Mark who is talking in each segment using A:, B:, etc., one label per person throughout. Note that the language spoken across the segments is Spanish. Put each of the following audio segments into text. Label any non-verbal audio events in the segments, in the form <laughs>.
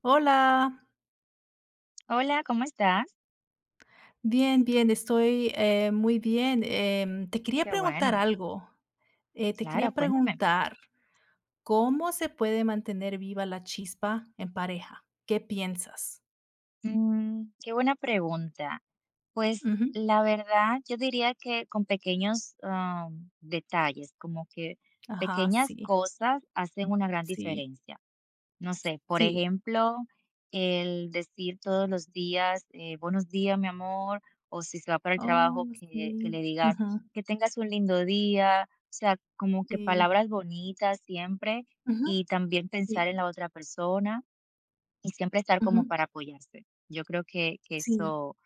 A: Hola,
B: Hola, ¿cómo estás?
A: bien, bien, estoy muy bien. Te quería
B: Qué
A: preguntar
B: bueno,
A: algo. Te
B: claro,
A: quería
B: cuéntame.
A: preguntar, ¿cómo se puede mantener viva la chispa en pareja? ¿Qué piensas?
B: Mm, qué buena pregunta. Pues
A: Ujú.
B: la verdad, yo diría que con pequeños detalles, como que
A: Ajá,
B: pequeñas
A: sí,
B: cosas hacen una gran
A: sí,
B: diferencia. No sé, por
A: sí.
B: ejemplo, el decir todos los días, buenos días, mi amor, o si se va para el
A: Oh,
B: trabajo, que
A: sí.
B: le digas
A: Ujú,
B: que tengas un lindo día, o sea, como que
A: sí.
B: palabras bonitas siempre,
A: Ujú,
B: y también pensar
A: sí.
B: en la otra persona y siempre estar
A: Ujú,
B: como para apoyarse. Yo creo que, que
A: sí.
B: eso,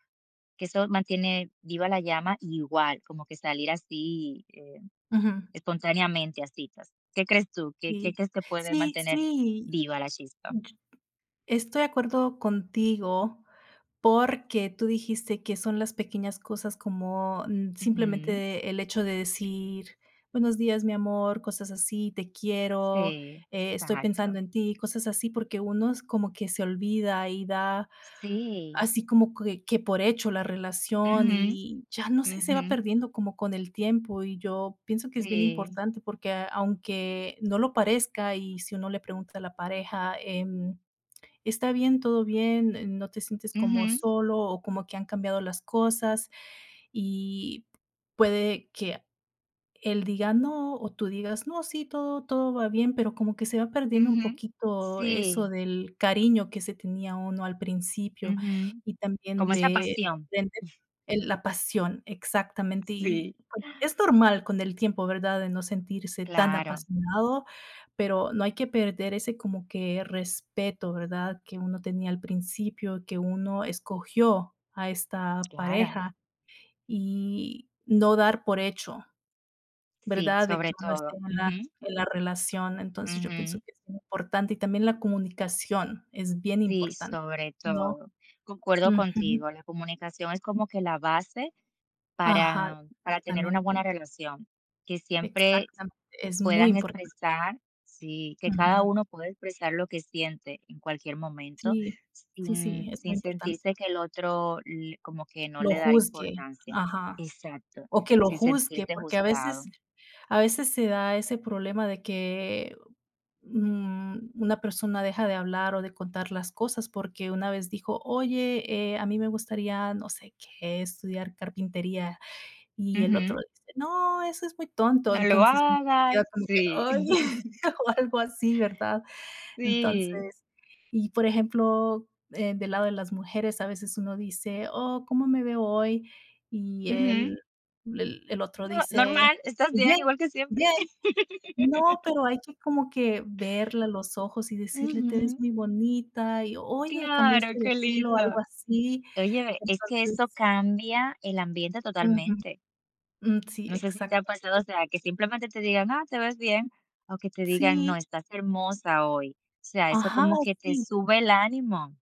B: que eso mantiene viva la llama, y igual, como que salir así
A: Ujú,
B: espontáneamente a citas. ¿Qué crees tú? ¿Qué
A: sí.
B: crees que puede
A: Sí,
B: mantener
A: sí.
B: viva la chispa?
A: Yo Estoy de acuerdo contigo. Porque tú dijiste que son las pequeñas cosas como,
B: Ujú.
A: simplemente el hecho de decir: "Buenos días, mi amor", cosas así, "Te quiero",
B: Sí,
A: "Estoy
B: exacto.
A: pensando en ti", cosas así, porque uno es como que se olvida y da
B: Sí.
A: así como que por hecho la relación
B: Ujú,
A: y ya no sé, se
B: ujú.
A: va perdiendo como con el tiempo, y yo pienso que es bien
B: Sí.
A: importante porque aunque no lo parezca y si uno le pregunta a la pareja, está bien, todo bien, no te sientes como
B: Ujú,
A: solo o como que han cambiado las cosas y puede que él diga no, o tú digas: "No, sí, todo va bien", pero como que se va perdiendo un
B: ujú.
A: poquito eso
B: Sí.
A: del cariño que se tenía uno al principio,
B: Ujú.
A: y también
B: Como esa
A: de
B: pasión.
A: sorprender el la pasión, exactamente. Y,
B: Sí.
A: bueno, es normal con el tiempo, ¿verdad?, de no sentirse tan
B: Claro,
A: apasionado, pero no hay que perder ese como que respeto, ¿verdad?, que uno tenía al principio, que uno escogió a esta
B: claro.
A: pareja, y no dar por hecho.
B: Sí,
A: ¿Verdad? De que
B: sobre
A: uno
B: todo.
A: esté en la
B: Ujú,
A: en la relación. Entonces, yo pienso
B: ujú.
A: que es muy importante, y también la comunicación es bien
B: Sí,
A: importante,
B: sobre
A: ¿no?
B: todo. Concuerdo
A: Ujú.
B: contigo, la comunicación es como que la base
A: Ajá,
B: para tener una buena
A: exactamente,
B: relación, que siempre
A: exactamente, es muy
B: puedan
A: importante.
B: expresar, sí, que cada
A: Ujú.
B: uno pueda expresar lo que siente en cualquier momento,
A: Sí, sí, sí,
B: sin
A: es muy
B: sin sentirse
A: importante.
B: que el otro l como que no
A: Lo
B: le da
A: juzgue,
B: importancia.
A: ajá,
B: Exacto,
A: o que lo
B: sin
A: juzgue,
B: sentirse
A: porque a
B: juzgado.
A: veces a veces se da ese problema de que, una persona deja de hablar o de contar las cosas porque una vez dijo: "Oye, a mí me gustaría, no sé qué, estudiar carpintería". Y el
B: Ujú.
A: otro dice: "No, eso es muy tonto".
B: No lo
A: Entonces se
B: hagas.
A: queda como que:
B: Sí.
A: "Oye",
B: <laughs>
A: <laughs> o algo así, ¿verdad?
B: Sí.
A: Entonces, y por ejemplo, del lado de las mujeres, a veces uno dice: "Oh, ¿cómo me veo hoy?". Y
B: Ujú.
A: el otro
B: No,
A: dice:
B: normal, ¿estás
A: "Pues
B: bien?
A: bien,
B: Igual que siempre.
A: bien".
B: <laughs>
A: No, pero hay que como que verla a los ojos y decirle: "Te ves
B: Ujú.
A: muy bonita", y: "Oye,
B: Claro,
A: cambiaste de
B: qué
A: pelo",
B: lindo.
A: algo así.
B: Oye, ve, es que
A: Entonces,
B: eso cambia el ambiente
A: ujú,
B: totalmente.
A: sí,
B: No sé si te ha
A: exacto.
B: pasado, o sea, que simplemente te digan: "Ah, te ves bien", o que te digan: "No,
A: Sí,
B: estás hermosa hoy". O sea, eso
A: ajá,
B: como que te
A: sí.
B: sube el ánimo.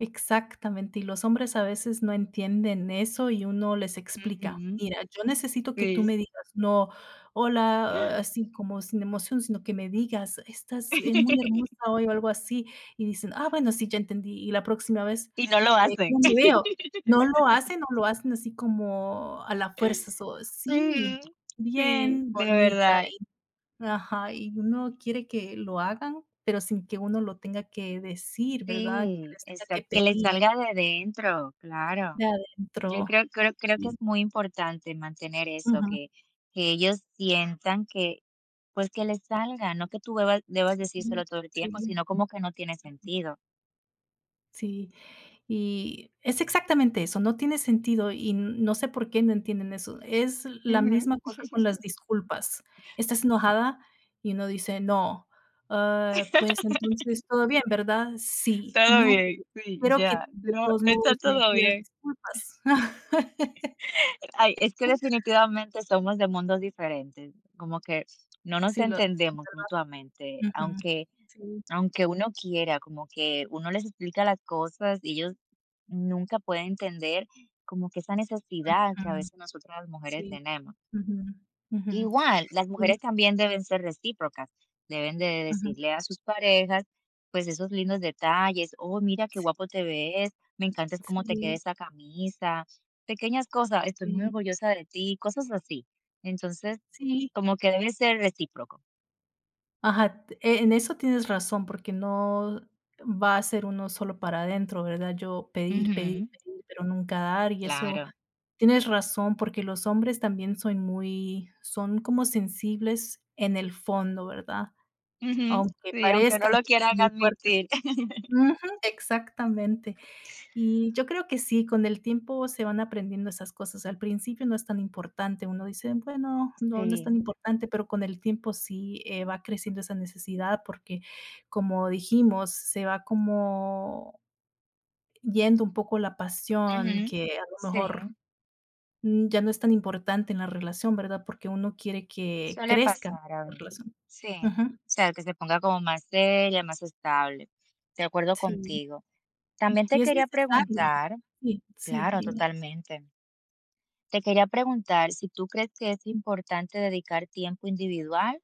A: Exactamente, y los hombres a veces no entienden eso y uno les explica:
B: Ujú,
A: "Mira, yo necesito que tú
B: sí.
A: me digas, no, hola, ah, así como sin emoción, sino que me digas: 'Estás muy hermosa
B: <laughs>
A: hoy'", o algo así, y dicen: "Ah, bueno, sí, ya entendí", y la próxima vez,
B: Y no lo hacen.
A: ¿cómo me veo?
B: <laughs>
A: No lo hacen así, como a la fuerza, so,
B: Ujú,
A: sí,
B: sí,
A: bien,
B: de
A: bonita,
B: verdad.
A: y, ajá, y uno quiere que lo hagan, pero sin que uno lo tenga que decir, ¿verdad? Que
B: Sí,
A: les tenga que
B: exacto, que le
A: pedir.
B: salga de dentro, claro.
A: De
B: Yo
A: adentro,
B: creo que
A: sí,
B: es muy importante mantener eso,
A: ujú,
B: que ellos sientan que, pues, que les salga, no que tú debas
A: ujú,
B: decírselo todo el tiempo,
A: sí,
B: sino como que no tiene sentido.
A: sí, y es exactamente eso, no tiene sentido y no sé por qué no entienden eso. Es la
B: Ujú.
A: misma cosa con las disculpas. Estás enojada y uno dice: "No, ah, pues entonces todo bien, ¿verdad?". "Sí".
B: Todo
A: "No, pero
B: bien,
A: yo
B: sí,
A: quiero que
B: ya.
A: de
B: No,
A: todos
B: no está
A: modos me
B: todo
A: pidas
B: bien.
A: disculpas". <laughs>
B: Ay, es que definitivamente somos de mundos diferentes, como que no nos
A: Sí, lo
B: entendemos mutuamente,
A: ujú,
B: aunque
A: sí,
B: aunque uno quiera, como que uno les explica las cosas y ellos nunca pueden entender como que esa necesidad que a
A: ujú,
B: veces nosotras las mujeres
A: sí,
B: tenemos.
A: ujú, ujú,
B: Igual, las
A: sí,
B: mujeres también deben ser recíprocas, deben de
A: ujú,
B: decirle a sus parejas, pues, esos lindos detalles: "Oh, mira qué
A: sí,
B: guapo te ves, me encanta es cómo te queda
A: sí.
B: esa camisa", pequeñas cosas: "Estoy muy
A: Sí,
B: orgullosa de ti", cosas así. Entonces,
A: sí,
B: como que debe ser recíproco.
A: ajá, en eso tienes razón, porque no va a ser uno solo para adentro, ¿verdad? Yo pedir, pedir,
B: Ujú,
A: pedir, pero nunca dar, y eso
B: claro.
A: tienes razón, porque los hombres también son muy son como sensibles en el fondo, ¿verdad?
B: Ujú,
A: Aunque
B: sí, aunque no
A: parezcan
B: lo
A: que
B: quieran
A: son muy fuertes.
B: admitir. <laughs>
A: Ujú, exactamente. Y yo creo que sí, con el tiempo se van aprendiendo esas cosas. Al principio no es tan importante, uno dice: "Bueno, no, no es tan
B: Sí,
A: importante", pero con el tiempo sí, va creciendo esa necesidad porque, como dijimos, se va como yendo un poco la pasión
B: ujú,
A: que a lo
B: sí.
A: mejor, ya no es tan importante en la relación, ¿verdad? Porque uno quiere que
B: Suele
A: crezca
B: pasar a
A: la
B: veces,
A: relación.
B: sí.
A: Ujú,
B: O sea, que se ponga como más seria, más estable. De acuerdo
A: sí,
B: contigo. También te
A: y es
B: quería
A: necesario.
B: preguntar,
A: Sí, sí,
B: claro,
A: dime.
B: totalmente. Te quería preguntar si tú crees que es importante dedicar tiempo individual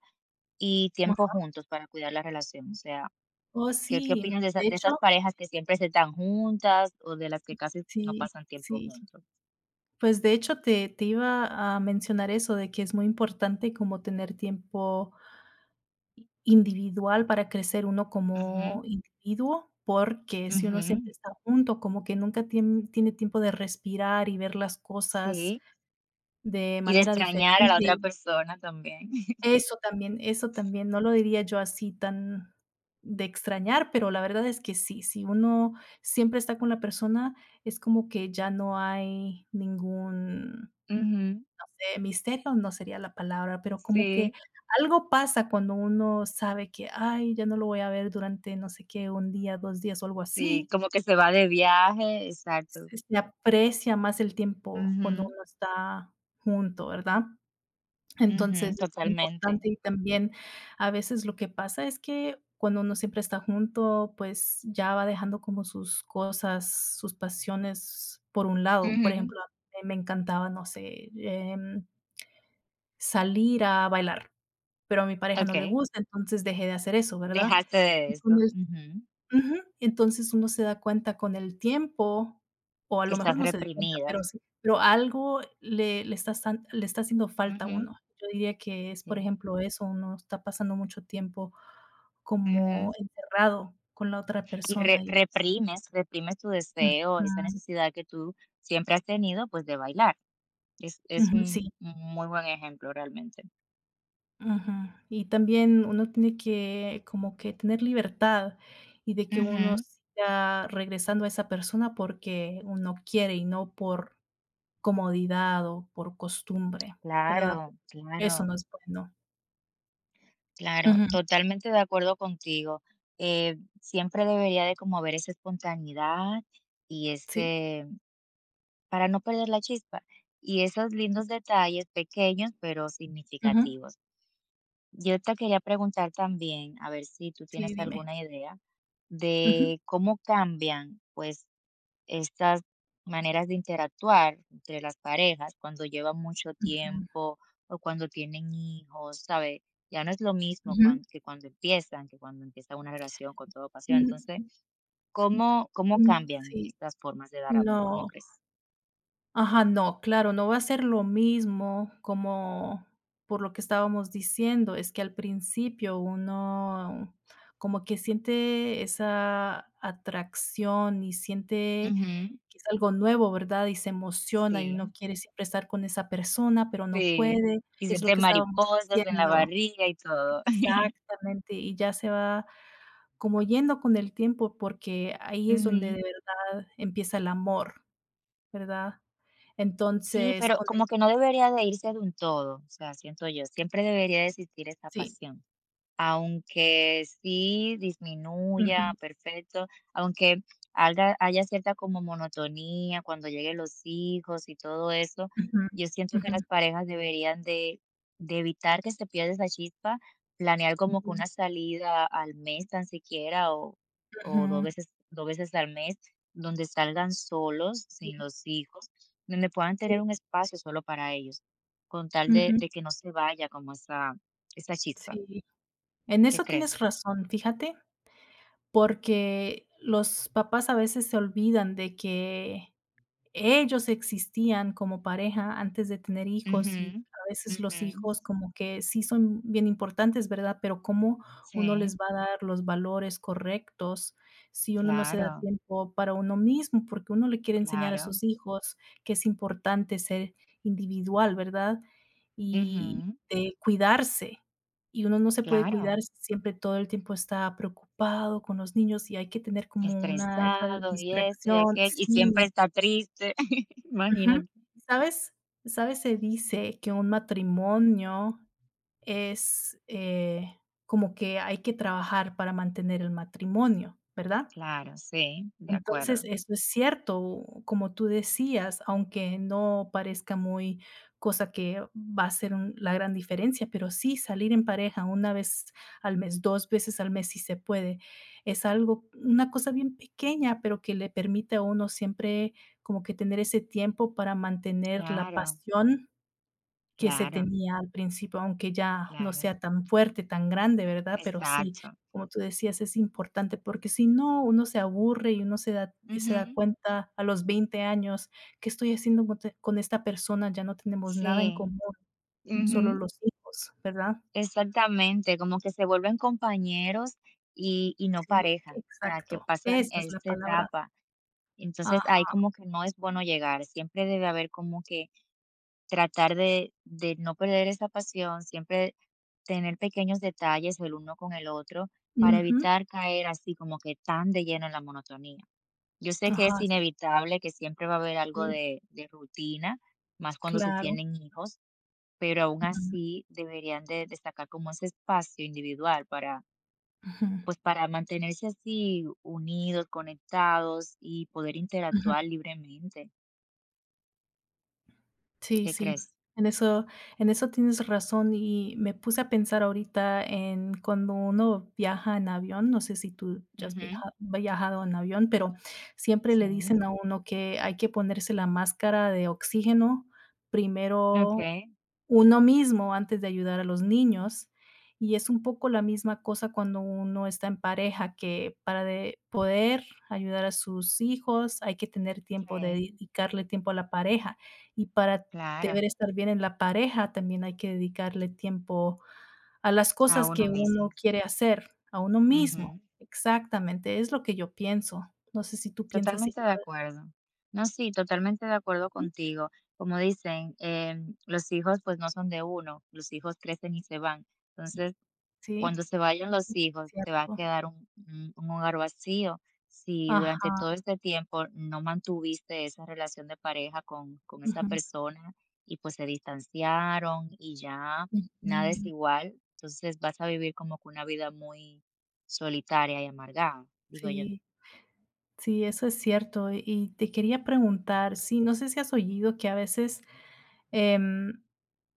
B: y tiempo
A: Ajá.
B: juntos para cuidar la relación. O sea,
A: Oh,
B: ¿qué
A: sí,
B: opinas de,
A: de
B: de
A: hecho,
B: esas parejas que siempre se están juntas o de las que casi no
A: sí,
B: pasan tiempo
A: sí.
B: juntos?
A: Pues, de hecho, te iba a mencionar eso, de que es muy importante como tener tiempo individual para crecer uno
B: Ujú,
A: como individuo, porque si uno siempre
B: ujú,
A: está junto, como que nunca tiene tiempo de respirar y ver las cosas
B: sí.
A: de
B: Y de
A: manera
B: extrañar a la otra
A: diferente.
B: persona también. <laughs>
A: Eso también, no lo diría yo así tan de extrañar, pero la verdad es que sí, si uno siempre está con la persona, es como que ya no hay ningún,
B: Ujú.
A: misterio no sería la palabra, pero como que
B: Sí,
A: algo pasa cuando uno sabe que, ay, ya no lo voy a ver durante, no sé qué, un día, 2 días o algo
B: sí,
A: así.
B: como que se va de viaje, exacto.
A: Se aprecia más el tiempo cuando
B: Ujú,
A: uno está junto, ¿verdad?
B: ujú,
A: Entonces, es
B: totalmente.
A: importante y también a veces lo que pasa es que cuando uno siempre está junto, pues ya va dejando como sus cosas, sus pasiones por un lado. Por
B: Ujú.
A: ejemplo, a mí me encantaba, no sé, salir a bailar, pero a mi pareja no le
B: Okey,
A: gusta, entonces dejé de hacer eso, ¿verdad?
B: dejaste de
A: Y
B: eso.
A: con el
B: Ujú.
A: Ujú, entonces uno se da cuenta con el tiempo, o a
B: Que
A: lo
B: estás
A: mejor no se da cuenta,
B: reprimida.
A: pero sí, pero algo le está haciendo falta a
B: Ujú.
A: uno. Yo diría que es, por
B: Sí.
A: ejemplo, eso, uno está pasando mucho tiempo como
B: Ujú.
A: encerrado con la otra
B: Y re
A: persona y
B: reprimes, reprimes tu deseo, esa
A: ujú,
B: necesidad que tú siempre has tenido, pues, de bailar. Es
A: ujú,
B: un
A: sí.
B: un muy buen ejemplo realmente.
A: Ujú. Y también uno tiene que como que tener libertad y de que uno
B: Ujú.
A: siga regresando a esa persona porque uno quiere y no por comodidad o por costumbre, ¿verdad?
B: Claro,
A: Eso no
B: claro.
A: es bueno.
B: Claro,
A: Ujú.
B: totalmente de acuerdo contigo. Siempre debería de como haber esa espontaneidad y
A: Sí.
B: ese, para no perder la chispa, y esos lindos detalles pequeños pero
A: Ujú.
B: significativos. Yo te quería preguntar también, a ver si tú
A: Sí,
B: tienes
A: dime.
B: alguna idea
A: Ujú.
B: de cómo cambian, pues, estas maneras de interactuar entre las parejas cuando llevan mucho
A: Ujú.
B: tiempo o cuando tienen hijos, sabe. Ya no es lo mismo
A: Ujú.
B: que cuando empiezan, que cuando empieza una relación con todo pasión. Entonces,
A: Mm,
B: ¿cómo
A: mm,
B: cambian
A: sí.
B: estas formas de dar amor? ¿Cómo
A: No.
B: crees?
A: Ajá, no, claro, no va a ser lo mismo como por lo que estábamos diciendo, es que al principio uno como que siente esa atracción y siente
B: Ujú.
A: que es algo nuevo, ¿verdad? Y se emociona y
B: Sí,
A: uno quiere siempre estar con esa persona, pero no
B: sí.
A: puede,
B: Y
A: es lo
B: siente
A: que estábamos
B: mariposas en la
A: diciendo.
B: barriga y todo. <laughs>
A: Exactamente, y ya se va como yendo con el tiempo porque ahí es donde
B: Ujú.
A: de verdad empieza el amor. ¿Verdad?
B: Sí,
A: Entonces,
B: pero
A: con
B: como
A: el
B: que no debería de irse de un todo, o sea, siento yo, siempre debería de existir esa
A: sí.
B: pasión. Aunque sí
A: Ujú,
B: disminuya, perfecto, aunque haga haya cierta como monotonía cuando lleguen los hijos y todo eso,
A: ujú,
B: yo siento que
A: ujú,
B: las parejas deberían de evitar que se pierda esa chispa, planear como que
A: sí,
B: una salida al mes tan siquiera o 2
A: ujú,
B: veces 2 veces al mes, donde salgan solos,
A: sí,
B: sin los hijos, donde puedan tener
A: sí,
B: un espacio solo para ellos, con tal de
A: ujú,
B: de que no se vaya como esa chispa,
A: sí. En
B: ¿qué
A: eso tienes
B: crees?
A: razón, fíjate, porque los papás a veces se olvidan de que ellos existían como pareja antes de tener
B: Ujú,
A: hijos y a veces
B: ujú.
A: los hijos como que sí son bien importantes, ¿verdad? Pero cómo uno les
B: Sí,
A: va a dar los valores correctos si uno no se da
B: claro,
A: tiempo para uno mismo, porque uno le quiere enseñar a
B: claro.
A: sus hijos que es importante ser individual, ¿verdad? Y
B: Ujú,
A: de cuidarse. Y uno no se puede
B: claro.
A: cuidar si siempre todo el tiempo está preocupado con los niños y hay que tener como una esa
B: Estresado y esto y
A: distracción.
B: aquello, y siempre
A: Sí.
B: está triste. <laughs>
A: Ujú.
B: Imagínate.
A: ¿Sabes? ¿Sabes? Se dice que un matrimonio es, como que hay que trabajar para mantener el matrimonio, ¿verdad?
B: Claro, sí, de acuerdo.
A: Entonces, eso es cierto, como tú decías, aunque no parezca muy cosa que va a ser un la gran diferencia, pero sí, salir en pareja una vez al mes, 2 veces al mes, si se puede, es algo una cosa bien pequeña, pero que le permite a uno siempre como que tener ese tiempo para mantener la
B: Claro,
A: pasión que se
B: claro,
A: tenía al principio, aunque ya no
B: claro.
A: sea tan fuerte, tan grande, ¿verdad? Pero sí,
B: Exacto.
A: como tú decías, es importante porque si no, uno se aburre y uno se da
B: Ujú,
A: cuenta a los 20 años, ¿qué estoy haciendo con esta persona? Ya no tenemos nada en
B: sí,
A: común, solo
B: ujú.
A: los hijos, ¿verdad?
B: Exactamente, como que se vuelven compañeros y no
A: Sí,
B: pareja, o sea, que
A: exacto.
B: pasan
A: Esa es la
B: esta
A: palabra.
B: etapa. Entonces, ahí
A: Ajá.
B: como que no es bueno llegar, siempre debe haber como que tratar de no perder esa pasión, siempre tener pequeños detalles el uno con el otro, para
A: Ujú.
B: evitar caer así como que tan de lleno en la monotonía. Yo sé que es
A: Ajá,
B: inevitable, que siempre va a haber algo
A: sí,
B: de rutina, más cuando se
A: claro.
B: tienen hijos, pero aún
A: Ajá.
B: así deberían de destacar como ese espacio individual para,
A: Ujú.
B: pues, para mantenerse así unidos, conectados y poder
A: Ujú.
B: interactuar libremente,
A: Sí,
B: ¿qué
A: sí.
B: crees?
A: En eso en eso tienes razón, y me puse a pensar ahorita en cuando uno viaja en avión, no sé si tú ya has
B: Ujú,
A: viajado en avión, pero siempre le
B: sí,
A: dicen a uno que hay que ponerse la máscara de oxígeno primero
B: okey,
A: uno mismo antes de ayudar a los niños. Y es un poco la misma cosa cuando uno está en pareja, que para de poder ayudar a sus hijos hay que tener tiempo,
B: sí.
A: dedicarle tiempo a la pareja. Y para deber
B: Claro,
A: estar bien en la pareja, también hay que dedicarle tiempo a las
B: a
A: cosas
B: uno
A: que
B: mismo.
A: uno quiere hacer, a uno mismo.
B: Ujú.
A: Exactamente, es lo que yo pienso. No sé si tú piensas
B: Totalmente de
A: igual.
B: acuerdo. No, sí, totalmente de acuerdo contigo. Como dicen, los hijos pues no son de uno, los hijos crecen y se van. Entonces,
A: Sí,
B: cuando se vayan los hijos, te va a
A: cierto.
B: quedar un hogar vacío, si durante
A: Ajá.
B: todo este tiempo no mantuviste esa relación de pareja con esa
A: Ujú,
B: persona y, pues, se distanciaron y ya nada es
A: ujú.
B: igual, entonces vas a vivir como que una vida muy solitaria y amargada, digo yo,
A: Sí. Sí, eso es cierto. Y te quería preguntar, sí, no sé si has oído que a veces, em,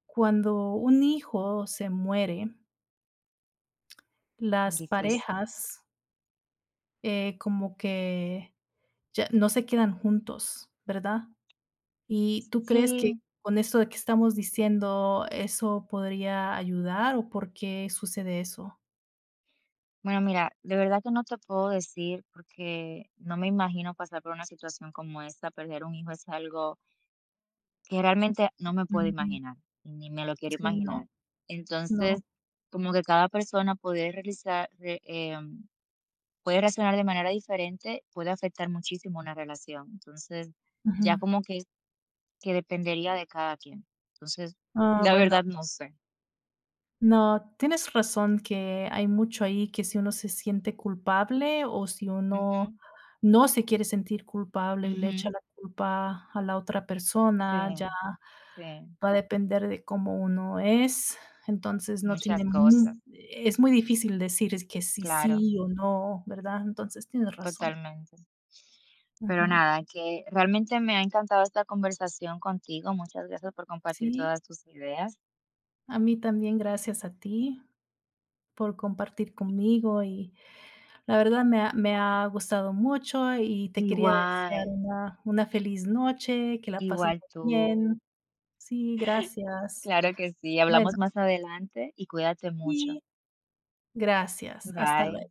A: cuando un hijo se muere, las
B: difícil.
A: parejas, como que ya no se quedan juntos, ¿verdad? ¿Y tú crees que
B: Sí,
A: con esto de que estamos diciendo eso podría ayudar o por qué sucede eso?
B: bueno, mira, de verdad que no te puedo decir porque no me imagino pasar por una situación como esta, perder un hijo es algo que realmente no me puedo
A: Mm,
B: imaginar, ni me lo quiero
A: sí,
B: imaginar.
A: no,
B: Entonces,
A: no.
B: como que cada persona puede puede reaccionar de manera diferente, puede afectar muchísimo una relación. Entonces,
A: Ujú.
B: ya como que dependería de cada quien. Entonces,
A: Ah,
B: la
A: bueno.
B: verdad no sé.
A: No, tienes razón que hay mucho ahí, que si uno se siente culpable o si uno
B: Ujú,
A: no se quiere sentir culpable y le echa
B: ujú.
A: la culpa a la otra persona, ya
B: Sí, sí,
A: va a depender de cómo uno es. Entonces no
B: muchas
A: tiene
B: cosas,
A: mu es muy difícil decir es que sí,
B: claro.
A: sí o no, ¿verdad? Entonces tienes razón.
B: Totalmente. Pero
A: Ujú.
B: nada, que realmente me ha encantado esta conversación contigo. Muchas gracias por compartir
A: Sí,
B: todas tus ideas.
A: a mí también gracias a ti por compartir conmigo y la verdad me ha gustado mucho y te quería
B: Igual,
A: desear una feliz noche, que la pases
B: igual
A: muy
B: tú.
A: bien. Sí, gracias.
B: Claro que sí.
A: Bueno,
B: Hablamos más adelante y cuídate mucho.
A: y gracias. Hasta luego.
B: Bye.